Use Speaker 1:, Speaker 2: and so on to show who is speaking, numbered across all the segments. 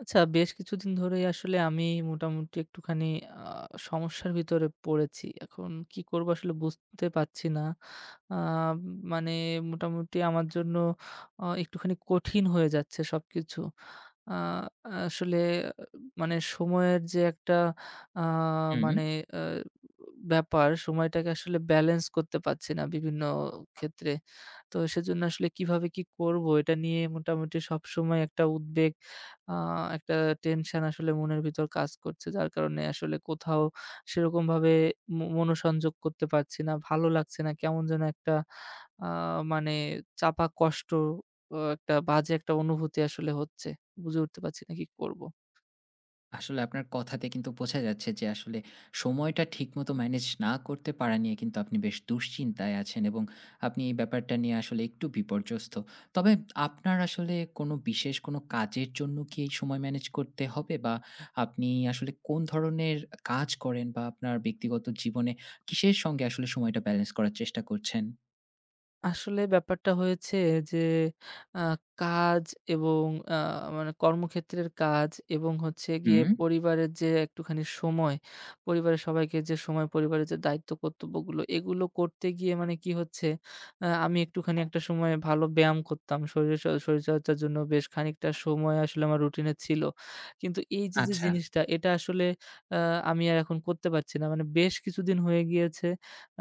Speaker 1: আচ্ছা, বেশ কিছুদিন ধরেই আসলে আমি মোটামুটি একটুখানি আ সমস্যার ভিতরে পড়েছি। এখন কি করব আসলে বুঝতে পারছি না। আ মানে মোটামুটি আমার জন্য একটুখানি কঠিন হয়ে যাচ্ছে সবকিছু। আ আসলে আহ, মানে সময়ের যে একটা আ
Speaker 2: হুম,
Speaker 1: মানে আ ব্যাপার, সময়টাকে আসলে ব্যালেন্স করতে পারছি না বিভিন্ন ক্ষেত্রে। তো সেজন্য আসলে কিভাবে কি করব এটা নিয়ে মোটামুটি সবসময় একটা উদ্বেগ, আ একটা টেনশন আসলে মনের ভিতর কাজ করছে। যার কারণে আসলে কোথাও সেরকমভাবে মনোসংযোগ করতে পারছি না। ভালো লাগছে না। কেমন যেন একটা আ মানে চাপা কষ্ট, একটা বাজে একটা অনুভূতি আসলে হচ্ছে। বুঝে উঠতে পারছি না কি করব?
Speaker 2: আসলে আপনার কথাতে কিন্তু বোঝা যাচ্ছে যে আসলে সময়টা ঠিকমতো ম্যানেজ না করতে পারা নিয়ে কিন্তু আপনি বেশ দুশ্চিন্তায় আছেন এবং আপনি এই ব্যাপারটা নিয়ে আসলে একটু বিপর্যস্ত। তবে আপনার আসলে কোনো বিশেষ কোনো কাজের জন্য কি এই সময় ম্যানেজ করতে হবে? বা আপনি আসলে কোন ধরনের কাজ করেন বা আপনার ব্যক্তিগত জীবনে কিসের সঙ্গে আসলে সময়টা ব্যালেন্স করার চেষ্টা করছেন?
Speaker 1: আসলে ব্যাপারটা হয়েছে যে আ কাজ এবং আ মানে কর্মক্ষেত্রের কাজ এবং হচ্ছে গিয়ে
Speaker 2: হুম,
Speaker 1: পরিবারের যে একটুখানি সময়, পরিবারের সবাইকে যে সময়, পরিবারের যে দায়িত্ব কর্তব্যগুলো, এগুলো করতে গিয়ে মানে কি হচ্ছে, আমি একটুখানি একটা সময় ভালো ব্যায়াম করতাম। শরীরচর্চার জন্য বেশ খানিকটা সময় আসলে আমার রুটিনে ছিল। কিন্তু এই যে
Speaker 2: আচ্ছা।
Speaker 1: জিনিসটা এটা আসলে আ আমি আর এখন করতে পারছি না। মানে বেশ কিছুদিন হয়ে গিয়েছে।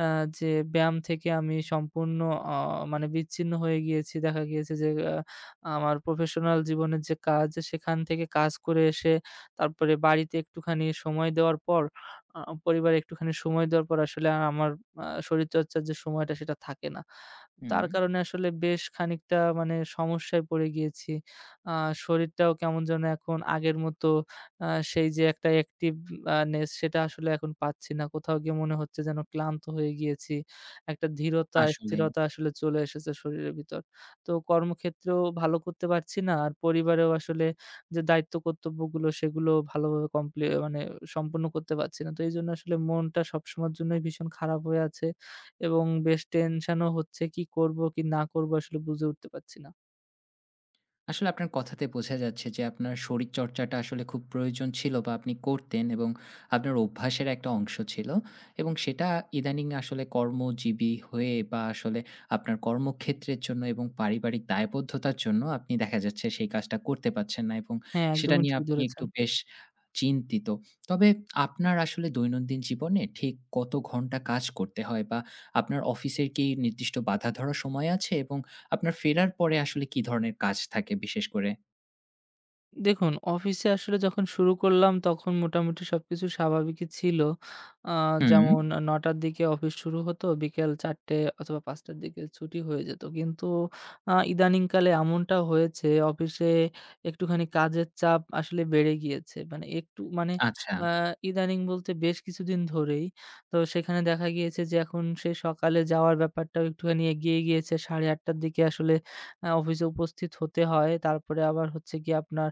Speaker 1: আ যে ব্যায়াম থেকে আমি সম্পূর্ণ অ মানে বিচ্ছিন্ন হয়ে গিয়েছি। দেখা গিয়েছে যে আমার প্রফেশনাল জীবনের যে কাজ, সেখান থেকে কাজ করে এসে তারপরে বাড়িতে একটুখানি সময় দেওয়ার পর, আ পরিবারে একটুখানি সময় দেওয়ার পর আসলে আর আমার শরীরচর্চার যে সময়টা সেটা থাকে না।
Speaker 2: হুম,
Speaker 1: তার কারণে আসলে বেশ খানিকটা মানে সমস্যায় পড়ে গিয়েছি। আ শরীরটাও কেমন যেন এখন আগের মতো আ সেই যে একটা অ্যাক্টিভ নেস সেটা আসলে এখন পাচ্ছি না। কোথাও গিয়ে মনে হচ্ছে যেন ক্লান্ত হয়ে গিয়েছি। একটা ধীরতা,
Speaker 2: আসলেই।
Speaker 1: স্থিরতা আসলে চলে এসেছে শরীরের ভিতর। তো কর্মক্ষেত্রেও ভালো করতে পারছি না। আর পরিবারেও আসলে যে দায়িত্ব কর্তব্যগুলো সেগুলো ভালোভাবে কমপ্লি মানে সম্পূর্ণ করতে পারছি না। তো এইজন্য আসলে মনটা সবসময়ের জন্যই ভীষণ খারাপ হয়ে আছে। এবং বেশ টেনশনও হচ্ছে কি করব কি না করব আসলে বুঝে উঠতে পারছি না।
Speaker 2: আসলে আপনার কথাতে বোঝা যাচ্ছে যে আপনার শরীরচর্চাটা আসলে খুব প্রয়োজন ছিল বা আপনি করতেন এবং আপনার অভ্যাসের একটা অংশ ছিল এবং সেটা ইদানিং আসলে কর্মজীবী হয়ে বা আসলে আপনার কর্মক্ষেত্রের জন্য এবং পারিবারিক দায়বদ্ধতার জন্য আপনি দেখা যাচ্ছে সেই কাজটা করতে পারছেন না এবং
Speaker 1: হ্যাঁ,
Speaker 2: সেটা
Speaker 1: একদমই
Speaker 2: নিয়ে
Speaker 1: ঠিক
Speaker 2: আপনি একটু
Speaker 1: ধরেছেন।
Speaker 2: বেশ চিন্তিত। তবে আপনার আসলে দৈনন্দিন জীবনে ঠিক কত ঘন্টা কাজ করতে হয় বা আপনার অফিসের কি নির্দিষ্ট বাঁধা ধরা সময় আছে এবং আপনার ফেরার পরে আসলে কি ধরনের কাজ থাকে বিশেষ করে?
Speaker 1: দেখুন, অফিসে আসলে যখন শুরু করলাম তখন মোটামুটি সবকিছু স্বাভাবিকই ছিল। আ
Speaker 2: হুম,
Speaker 1: যেমন ৯:০০ র দিকে অফিস শুরু হতো, বিকেল ৪:০০ অথবা ৫:০০ র দিকে ছুটি হয়ে যেত। কিন্তু ইদানিংকালে এমনটা হয়েছে অফিসে একটুখানি কাজের চাপ আসলে বেড়ে গিয়েছে। মানে একটু মানে
Speaker 2: আচ্ছা।
Speaker 1: আ ইদানিং বলতে বেশ কিছুদিন ধরেই। তো সেখানে দেখা গিয়েছে যে এখন সে সকালে যাওয়ার ব্যাপারটাও একটুখানি এগিয়ে গিয়েছে। ৮:৩০ র দিকে আসলে অফিসে উপস্থিত হতে হয়। তারপরে আবার হচ্ছে গিয়ে আপনার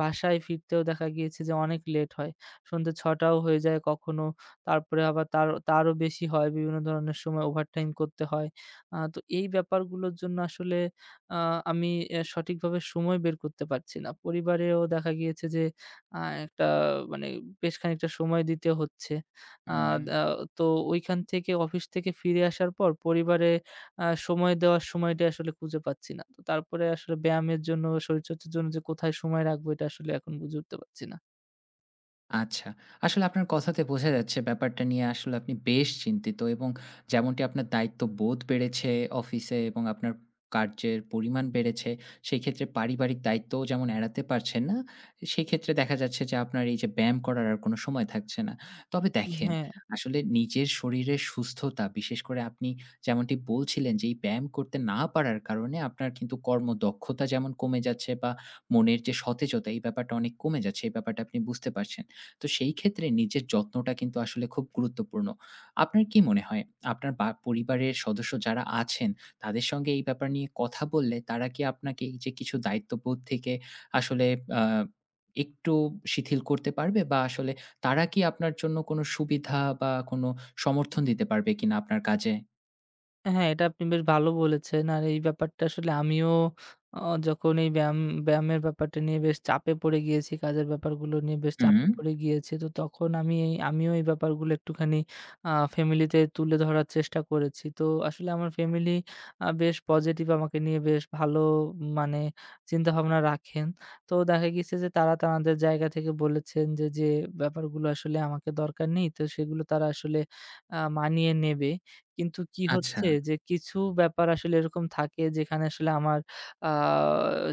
Speaker 1: বাসায় ফিরতেও দেখা গিয়েছে যে অনেক লেট হয়। সন্ধ্যে ৬টাও হয়ে যায় কখনো। তারপরে আবার তারও বেশি হয়। বিভিন্ন ধরনের সময় ওভারটাইম করতে হয়। তো এই ব্যাপারগুলোর জন্য আসলে আ আমি সঠিকভাবে সময় বের করতে পারছি না। পরিবারেও দেখা গিয়েছে যে আ একটা মানে বেশ খানিকটা সময় দিতে হচ্ছে। আ
Speaker 2: হুম।
Speaker 1: দা তো ওইখান থেকে অফিস থেকে ফিরে আসার পর পরিবারে সময় দেওয়ার সময়টা আসলে খুঁজে পাচ্ছি না। তো তারপরে আসলে ব্যায়ামের জন্য, শরীরচর্চার জন্য যে কোথায় সময় রাখবো এটা আসলে এখন বুঝে উঠতে পারছি না।
Speaker 2: আচ্ছা। আসলে আপনার কথাতে বোঝা যাচ্ছে ব্যাপারটা নিয়ে আসলে আপনি বেশ চিন্তিত এবং যেমনটি আপনার দায়িত্ববোধ বেড়েছে অফিসে এবং আপনার কার্যের পরিমাণ বেড়েছে, সেক্ষেত্রে পারিবারিক দায়িত্বও যেমন এড়াতে পারছেন না, সেক্ষেত্রে দেখা যাচ্ছে যে আপনার এই যে ব্যায়াম করার আর কোনো সময় থাকছে না। তবে দেখেন,
Speaker 1: হ্যাঁ।
Speaker 2: আসলে নিজের শরীরের সুস্থতা বিশেষ করে আপনি যেমনটি বলছিলেন যে এই ব্যায়াম করতে না পারার কারণে আপনার কিন্তু কর্মদক্ষতা যেমন কমে যাচ্ছে বা মনের যে সতেজতা এই ব্যাপারটা অনেক কমে যাচ্ছে, এই ব্যাপারটা আপনি বুঝতে পারছেন। তো সেই ক্ষেত্রে নিজের যত্নটা কিন্তু আসলে খুব গুরুত্বপূর্ণ। আপনার কি মনে হয় আপনার বা পরিবারের সদস্য যারা আছেন তাদের সঙ্গে এই ব্যাপার নিয়ে কথা বললে তারা কি আপনাকে এই যে কিছু দায়িত্ববোধ থেকে আসলে আ একটু শিথিল করতে পারবে বা আসলে তারা কি আপনার জন্য কোনো সুবিধা বা কোনো সমর্থন দিতে পারবে কিনা আপনার কাজে?
Speaker 1: হ্যাঁ, এটা আপনি বেশ ভালো বলেছেন। আর এই ব্যাপারটা আসলে আমিও অ যখন এই ব্যায়াম ব্যায়ামের ব্যাপারটা নিয়ে বেশ চাপে পড়ে গিয়েছি, কাজের ব্যাপারগুলো নিয়ে বেশ চাপে
Speaker 2: হুম,
Speaker 1: পড়ে গিয়েছি। তো তখন আমি এই ব্যাপারগুলো একটুখানি ফ্যামিলিতে তুলে ধরার চেষ্টা করেছি। তো আসলে আমার ফ্যামিলি বেশ পজিটিভ, আমাকে নিয়ে বেশ ভালো মানে চিন্তাভাবনা রাখেন। তো দেখা গেছে যে তারা তাদের জায়গা থেকে বলেছেন যে, যে ব্যাপারগুলো আসলে আমাকে দরকার নেই, তো সেগুলো তারা আসলে মানিয়ে নেবে। কিন্তু কি
Speaker 2: আচ্ছা।
Speaker 1: হচ্ছে যে কিছু ব্যাপার আসলে এরকম থাকে যেখানে আসলে আমার আ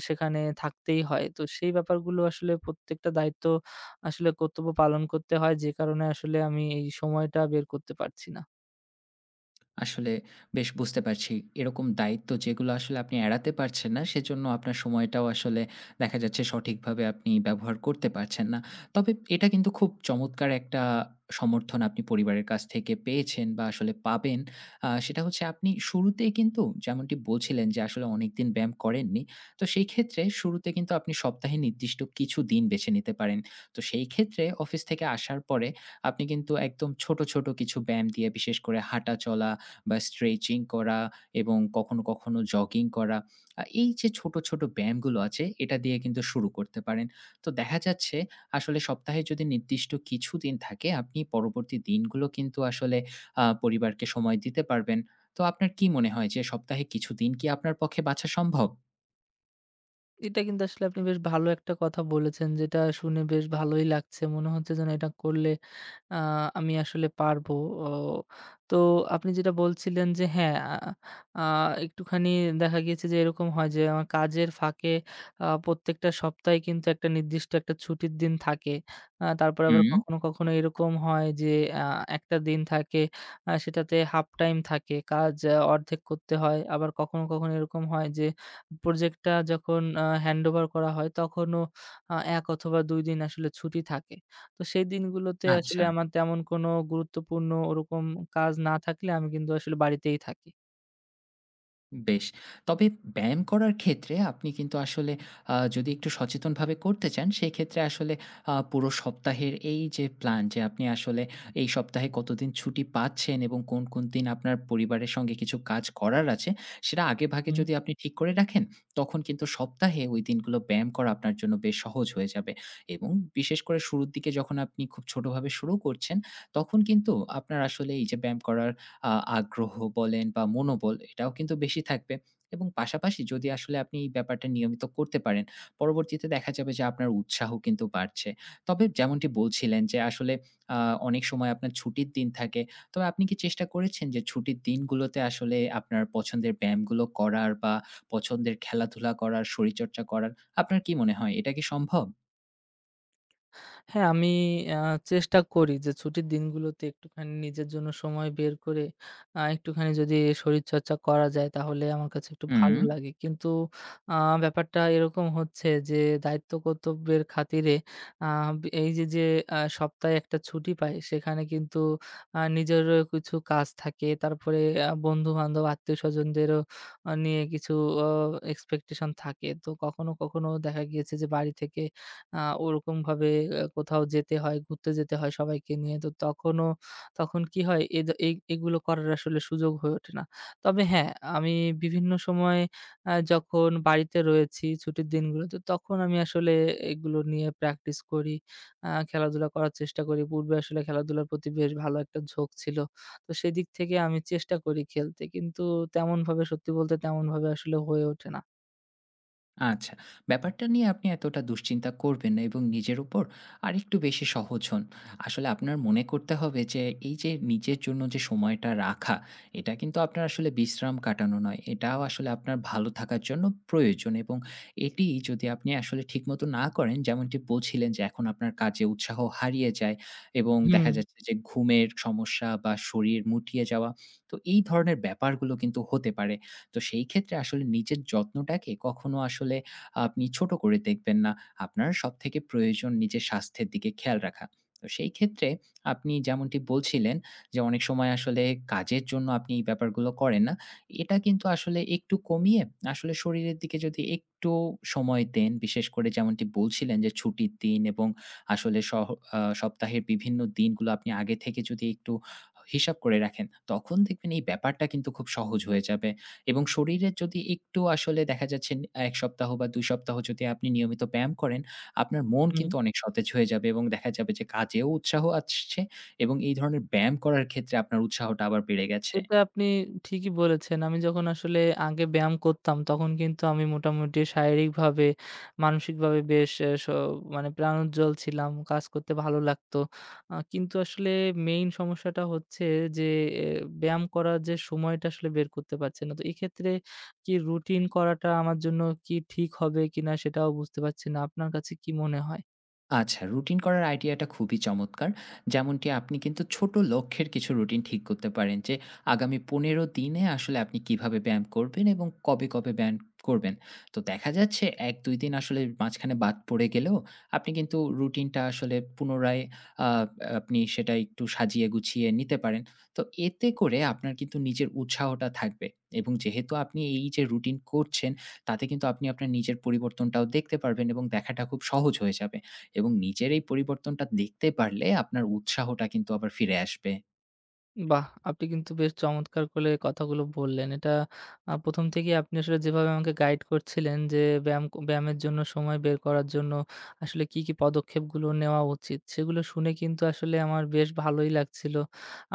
Speaker 1: সেখানে থাকতেই হয়। তো সেই ব্যাপারগুলো আসলে প্রত্যেকটা দায়িত্ব আসলে কর্তব্য পালন করতে হয় যে কারণে আসলে আমি এই সময়টা বের করতে পারছি না।
Speaker 2: আসলে বেশ বুঝতে পারছি। এরকম দায়িত্ব যেগুলো আসলে আপনি এড়াতে পারছেন না, সেজন্য আপনার সময়টাও আসলে দেখা যাচ্ছে সঠিকভাবে আপনি ব্যবহার করতে পারছেন না। তবে এটা কিন্তু খুব চমৎকার একটা সমর্থন আপনি পরিবারের কাছ থেকে পেয়েছেন বা আসলে পাবেন। সেটা হচ্ছে আপনি শুরুতেই কিন্তু যেমনটি বলছিলেন যে আসলে অনেকদিন ব্যায়াম করেননি। তো সেই ক্ষেত্রে শুরুতে কিন্তু আপনি সপ্তাহে নির্দিষ্ট কিছু দিন বেছে নিতে পারেন। তো সেই ক্ষেত্রে অফিস থেকে আসার পরে আপনি কিন্তু একদম ছোট, ছোট কিছু ব্যায়াম দিয়ে বিশেষ করে হাঁটা চলা বা স্ট্রেচিং করা এবং কখনো, কখনো জগিং করা। এই যে ছোট, ছোট ব্যায়ামগুলো আছে এটা দিয়ে কিন্তু শুরু করতে পারেন। তো দেখা যাচ্ছে আসলে সপ্তাহে যদি নির্দিষ্ট কিছু দিন থাকে আপনি পরবর্তী দিনগুলো কিন্তু আসলে পরিবারকে সময় দিতে পারবেন। তো আপনার কি মনে হয় যে সপ্তাহে কিছু দিন কি আপনার পক্ষে বাছা সম্ভব?
Speaker 1: এটা কিন্তু আসলে আপনি বেশ ভালো একটা কথা বলেছেন যেটা শুনে বেশ ভালোই লাগছে। মনে হচ্ছে যেন এটা করলে আ আমি আসলে পারবো। ও তো আপনি যেটা বলছিলেন যে হ্যাঁ, আ আ একটুখানি দেখা গিয়েছে যে এরকম হয় যে আমার কাজের ফাঁকে প্রত্যেকটা সপ্তাহে কিন্তু একটা নির্দিষ্ট একটা ছুটির দিন থাকে। তারপরে আবার
Speaker 2: হুম,
Speaker 1: কখনো, কখনো এরকম হয় যে আ একটা দিন থাকে সেটাতে হাফ টাইম থাকে। কাজ অর্ধেক করতে হয়। আবার কখনো, কখনো এরকম হয় যে প্রজেক্টটা যখন হ্যান্ড ওভার করা হয় তখনও ১ অথবা ২ দিন আসলে ছুটি থাকে। তো সেই দিনগুলোতে আসলে
Speaker 2: আচ্ছা।
Speaker 1: আমার তেমন কোনো গুরুত্বপূর্ণ ওরকম কাজ না থাকলে আমি কিন্তু আসলে বাড়িতেই থাকি।
Speaker 2: বেশ। তবে ব্যায়াম করার ক্ষেত্রে আপনি কিন্তু আসলে যদি একটু সচেতনভাবে করতে চান, সেক্ষেত্রে আসলে পুরো সপ্তাহের এই যে প্ল্যান যে আপনি আসলে এই সপ্তাহে কতদিন ছুটি পাচ্ছেন এবং কোন, কোন দিন আপনার পরিবারের সঙ্গে কিছু কাজ করার আছে, সেটা আগেভাগে যদি আপনি ঠিক করে রাখেন, তখন কিন্তু সপ্তাহে ওই দিনগুলো ব্যায়াম করা আপনার জন্য বেশ সহজ হয়ে যাবে। এবং বিশেষ করে শুরুর দিকে যখন আপনি খুব ছোটভাবে শুরু করছেন, তখন কিন্তু আপনার আসলে এই যে ব্যায়াম করার আ আগ্রহ বলেন বা মনোবল এটাও কিন্তু বেশি থাকবে এবং পাশাপাশি যদি আসলে আপনি এই ব্যাপারটা নিয়মিত করতে পারেন, পরবর্তীতে দেখা যাবে যে আপনার উৎসাহ কিন্তু বাড়ছে। তবে যেমনটি বলছিলেন যে আসলে আ অনেক সময় আপনার ছুটির দিন থাকে। তবে আপনি কি চেষ্টা করেছেন যে ছুটির দিনগুলোতে আসলে আপনার পছন্দের ব্যায়ামগুলো করার বা পছন্দের খেলাধুলা করার, শরীরচর্চা করার? আপনার কি মনে হয় এটা কি সম্ভব?
Speaker 1: হ্যাঁ, আমি আ চেষ্টা করি যে ছুটির দিনগুলোতে একটুখানি নিজের জন্য সময় বের করে একটুখানি যদি শরীরচর্চা করা যায় তাহলে আমার কাছে একটু
Speaker 2: হুম।
Speaker 1: ভালো লাগে। কিন্তু আ ব্যাপারটা এরকম হচ্ছে যে দায়িত্ব কর্তব্যের খাতিরে আ এই যে সপ্তাহে একটা ছুটি পাই সেখানে কিন্তু নিজেরও কিছু কাজ থাকে। তারপরে বন্ধু-বান্ধব, আত্মীয়স্বজনদেরও নিয়ে কিছু অ expectation থাকে। তো কখনো, কখনো দেখা গিয়েছে যে বাড়ি থেকে আ ওরকমভাবে কোথাও যেতে হয়, ঘুরতে যেতে হয় সবাইকে নিয়ে। তো তখনও তখন কি হয় এদ এই এগুলো করার আসলে সুযোগ হয়ে ওঠে না। তবে হ্যাঁ, আমি বিভিন্ন সময় যখন বাড়িতে রয়েছি ছুটির দিনগুলোতে তখন আমি আসলে এগুলো নিয়ে প্র্যাকটিস করি। খেলাধুলা করার চেষ্টা করি। পূর্বে আসলে খেলাধুলার প্রতি বেশ ভালো একটা ঝোঁক ছিল। তো সেদিক থেকে আমি চেষ্টা করি খেলতে। কিন্তু তেমনভাবে সত্যি বলতে তেমনভাবে আসলে হয়ে ওঠে না।
Speaker 2: আচ্ছা, ব্যাপারটা নিয়ে আপনি এতটা দুশ্চিন্তা করবেন না এবং নিজের উপর আরেকটু বেশি সহজ হন। আসলে আপনার মনে করতে হবে যে এই যে নিজের জন্য যে সময়টা রাখা, এটা কিন্তু আপনার আসলে বিশ্রাম কাটানো নয়। এটাও আসলে আপনার ভালো থাকার জন্য প্রয়োজন এবং এটি যদি আপনি আসলে ঠিকমতো না করেন, যেমনটি বলছিলেন যে এখন আপনার কাজে উৎসাহ হারিয়ে যায় এবং
Speaker 1: হুম,
Speaker 2: দেখা যাচ্ছে যে ঘুমের সমস্যা বা শরীর মুটিয়ে যাওয়া। তো এই ধরনের ব্যাপারগুলো কিন্তু হতে পারে। তো সেই ক্ষেত্রে আসলে নিজের যত্নটাকে কখনো আসলে আপনি ছোট করে দেখবেন না। আপনার সবথেকে প্রয়োজন নিজের স্বাস্থ্যের দিকে খেয়াল রাখা। তো সেই ক্ষেত্রে আপনি যেমনটি বলছিলেন যে, অনেক সময় আসলে কাজের জন্য আপনি এই ব্যাপারগুলো করেন না। এটা কিন্তু আসলে একটু কমিয়ে আসলে শরীরের দিকে যদি একটু সময় দেন, বিশেষ করে যেমনটি বলছিলেন যে, ছুটির দিন এবং আসলে সহ সপ্তাহের বিভিন্ন দিনগুলো আপনি আগে থেকে যদি একটু হিসাব করে রাখেন, তখন দেখবেন এই ব্যাপারটা কিন্তু খুব সহজ হয়ে যাবে। এবং শরীরের যদি একটু আসলে দেখা যাচ্ছে ১ সপ্তাহ বা ২ সপ্তাহ যদি আপনি নিয়মিত ব্যায়াম করেন, আপনার মন
Speaker 1: হুম।
Speaker 2: কিন্তু অনেক সতেজ হয়ে যাবে এবং দেখা যাবে যে কাজেও উৎসাহ আসছে এবং এই ধরনের ব্যায়াম করার ক্ষেত্রে আপনার উৎসাহটা আবার বেড়ে গেছে।
Speaker 1: এটা আপনি ঠিকই বলেছেন। আমি যখন আসলে আগে ব্যায়াম করতাম, তখন কিন্তু আমি মোটামুটি শারীরিকভাবে, মানসিকভাবে বেশ এ স মানে প্রাণোজ্জ্বল ছিলাম। কাজ করতে ভালো লাগতো। কিন্তু আসলে মেইন সমস্যাটা হচ্ছে যে, এ ব্যায়াম করার যে সময়টা আসলে বের করতে পারছি না। তো এক্ষেত্রে কি রুটিন করাটা আমার জন্য কি ঠিক হবে কিনা, সেটাও বুঝতে পারছি না। আপনার কাছে কি মনে হয়?
Speaker 2: আচ্ছা, রুটিন করার আইডিয়াটা খুবই চমৎকার। যেমনটি আপনি কিন্তু ছোট লক্ষ্যের কিছু রুটিন ঠিক করতে পারেন যে আগামী ১৫ দিনে আসলে আপনি কিভাবে ব্যায়াম করবেন এবং কবে, কবে ব্যায়াম করবেন। তো দেখা যাচ্ছে ১-২ দিন আসলে মাঝখানে বাদ পড়ে গেলেও আপনি কিন্তু রুটিনটা আসলে পুনরায় আ আপনি সেটা একটু সাজিয়ে গুছিয়ে নিতে পারেন। তো এতে করে আপনার কিন্তু নিজের উৎসাহটা থাকবে এবং যেহেতু আপনি এই যে রুটিন করছেন তাতে কিন্তু আপনি আপনার নিজের পরিবর্তনটাও দেখতে পারবেন এবং দেখাটা খুব সহজ হয়ে যাবে। এবং নিজের এই পরিবর্তনটা দেখতে পারলে আপনার উৎসাহটা কিন্তু আবার ফিরে আসবে।
Speaker 1: বাহ! আপনি কিন্তু বেশ চমৎকার করে কথাগুলো বললেন। এটা ১ম থেকেই আপনি আসলে যেভাবে আমাকে গাইড করছিলেন যে ব্যায়ামের জন্য সময় বের করার জন্য আসলে কি, কি পদক্ষেপগুলো নেওয়া উচিত সেগুলো শুনে কিন্তু আসলে আমার বেশ ভালোই লাগছিল।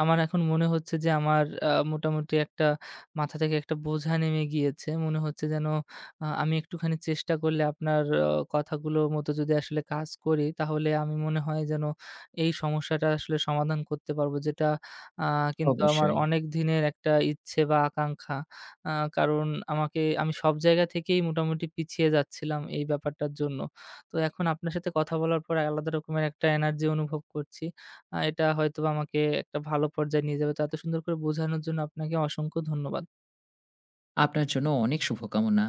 Speaker 1: আমার এখন মনে হচ্ছে যে আমার মোটামুটি একটা মাথা থেকে একটা বোঝা নেমে গিয়েছে। মনে হচ্ছে যেন আমি একটুখানি চেষ্টা করলে আপনার কথাগুলো মতো যদি আসলে কাজ করি তাহলে আমি মনে হয় যেন এই সমস্যাটা আসলে সমাধান করতে পারব। যেটা আ কিন্তু আমার
Speaker 2: অবশ্যই।
Speaker 1: অনেক দিনের একটা ইচ্ছে বা আকাঙ্খা। আ কারণ আমাকে আমি সব জায়গা থেকেই মোটামুটি পিছিয়ে যাচ্ছিলাম এই ব্যাপারটার জন্য। তো এখন আপনার সাথে কথা বলার পর আলাদা রকমের একটা এনার্জি অনুভব করছি। এটা হয়তোবা আমাকে একটা ভালো পর্যায়ে নিয়ে যাবে। তো এত সুন্দর করে বোঝানোর জন্য আপনাকে অসংখ্য ধন্যবাদ।
Speaker 2: আপনার জন্য অনেক শুভকামনা।